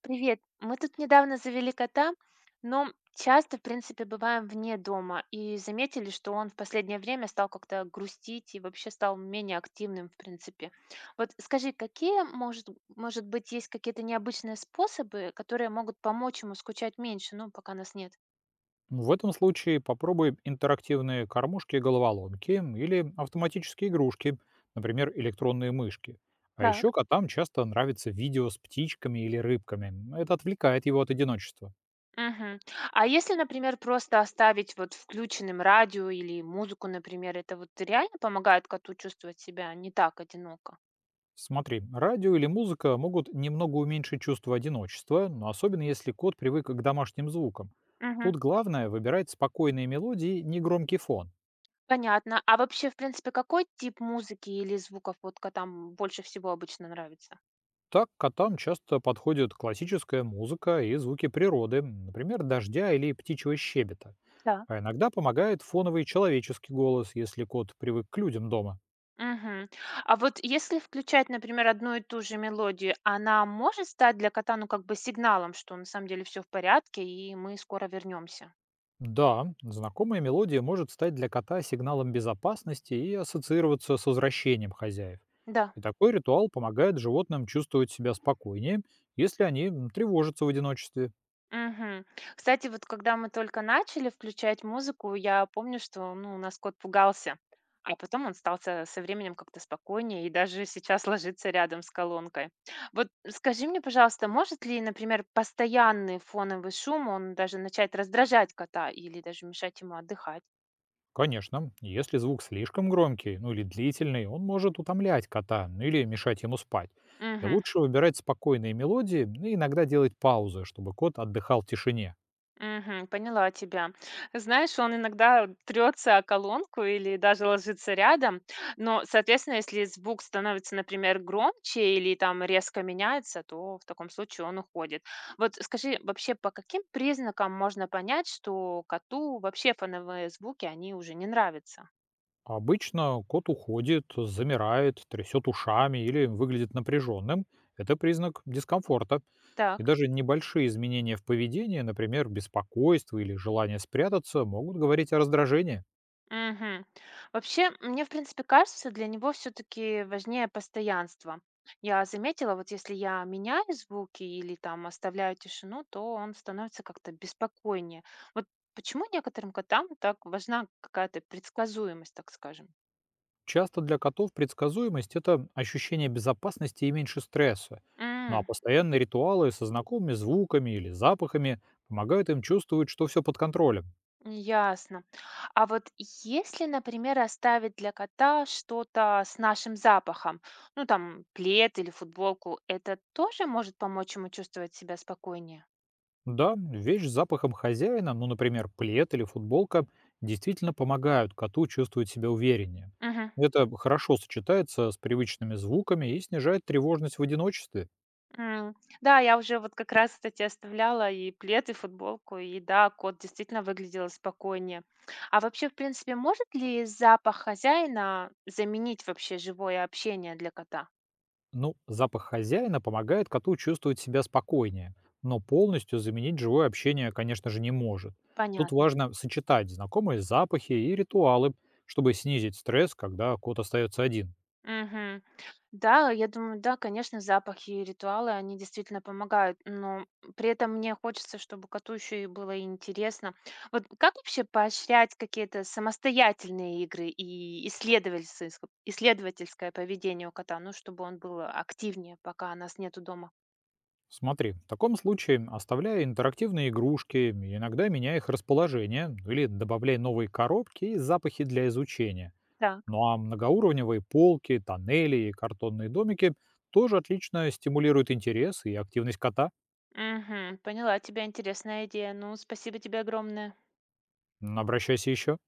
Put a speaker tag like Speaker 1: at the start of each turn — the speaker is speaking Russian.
Speaker 1: Привет. Мы тут недавно завели кота, но часто, в принципе, бываем вне дома и заметили, что он в последнее время стал как-то грустить и вообще стал менее активным, в принципе. Вот скажи, какие, может быть, есть какие-то необычные способы, которые могут помочь ему скучать меньше, ну, пока нас нет?
Speaker 2: Ну, в этом случае попробуй интерактивные кормушки-головоломки и головоломки или автоматические игрушки, например, электронные мышки. А
Speaker 1: Так.
Speaker 2: еще котам часто нравится видео с птичками или рыбками. Это отвлекает его от одиночества.
Speaker 1: Мгм. А если, например, просто оставить вот включенным радио или музыку, например, это вот реально помогает коту чувствовать себя не так одиноко?
Speaker 2: Смотри, радио или музыка могут немного уменьшить чувство одиночества, но особенно если кот привык к домашним звукам.
Speaker 1: Мгм.
Speaker 2: Тут главное выбирать спокойные мелодии, не громкий фон.
Speaker 1: Понятно. А вообще, в принципе, какой тип музыки или звуков вот ка там больше всего обычно нравится?
Speaker 2: Так котам часто подходят классическая музыка и звуки природы, например, дождя или птичьего щебета.
Speaker 1: Так.
Speaker 2: А иногда помогает фоновый человеческий голос, если кот привык к людям дома.
Speaker 1: Мгм. А вот если включать, например, одну и ту же мелодию, она может стать для кота, ну, как бы сигналом, что на самом деле все в порядке и мы скоро вернемся.
Speaker 2: Да, знакомая мелодия может стать для кота сигналом безопасности и ассоциироваться с возвращением хозяев.
Speaker 1: Да.
Speaker 2: И такой ритуал помогает животным чувствовать себя спокойнее, если они тревожатся в одиночестве.
Speaker 1: Мгм. Кстати, вот когда мы только начали включать музыку, я помню, что, ну, у нас кот пугался, а потом он стал со временем как-то спокойнее и даже сейчас ложится рядом с колонкой. Вот скажи мне, пожалуйста, может ли, например, постоянный фоновый шум, он даже начать раздражать кота или даже мешать ему отдыхать?
Speaker 2: Конечно, если звук слишком громкий, ну или длительный, он может утомлять кота, ну или мешать ему спать. И
Speaker 1: Мгм.
Speaker 2: лучше выбирать спокойные мелодии, ну и иногда делать паузы, чтобы кот отдыхал в тишине.
Speaker 1: Мгм. Поняла тебя. Знаешь, он иногда трется о колонку или даже ложится рядом, но, соответственно, если звук становится, например, громче или там резко меняется, то в таком случае он уходит. Вот скажи, вообще по каким признакам можно понять, что коту вообще фоновые звуки, они уже не нравятся?
Speaker 2: Обычно кот уходит, замирает, трясет ушами или выглядит напряженным. Это признак дискомфорта. И
Speaker 1: Так.
Speaker 2: даже небольшие изменения в поведении, например, беспокойство или желание спрятаться, могут говорить о раздражении.
Speaker 1: Мгм. Вообще, мне, в принципе, кажется, для него все-таки важнее постоянство. Я заметила, вот если я меняю звуки или там оставляю тишину, то он становится как-то беспокойнее. Вот почему некоторым котам так важна какая-то предсказуемость, так скажем?
Speaker 2: Часто для котов предсказуемость — это ощущение безопасности и меньше стресса. Ну а
Speaker 1: М,
Speaker 2: постоянные ритуалы со знакомыми звуками или запахами помогают им чувствовать, что все под контролем.
Speaker 1: ясно. А вот если, например, оставить для кота что-то с нашим запахом, ну там плед или футболку, это тоже может помочь ему чувствовать себя спокойнее?
Speaker 2: Да, вещь с запахом хозяина, ну, например, плед или футболка, действительно помогают коту чувствовать себя увереннее.
Speaker 1: Мгм.
Speaker 2: Это хорошо сочетается с привычными звуками и снижает тревожность в одиночестве.
Speaker 1: М, да, я уже вот как раз, кстати, оставляла и плед, и футболку, и да, кот действительно выглядел спокойнее. А вообще, в принципе, может ли запах хозяина заменить вообще живое общение для кота?
Speaker 2: Ну, запах хозяина помогает коту чувствовать себя спокойнее, но полностью заменить живое общение, конечно же, не может. Тут
Speaker 1: Понятно.
Speaker 2: важно сочетать знакомые запахи и ритуалы, чтобы снизить стресс, когда кот остается один.
Speaker 1: Мгм. Да, я думаю, да, конечно, запахи и ритуалы, они действительно помогают, но при этом мне хочется, чтобы коту еще и было интересно. Вот как вообще поощрять какие-то самостоятельные игры и исследовательское поведение у кота, ну, чтобы он был активнее, пока нас нету дома?
Speaker 2: Смотри, в таком случае оставляя интерактивные игрушки, иногда меняя их расположение, ну или добавляя новые коробки и запахи для изучения.
Speaker 1: Так,
Speaker 2: Ну а многоуровневые полки, тоннели и картонные домики тоже отлично стимулируют интерес и активность кота.
Speaker 1: мгм. Поняла тебя, интересная идея. Ну, спасибо тебе огромное.
Speaker 2: Обращайся еще.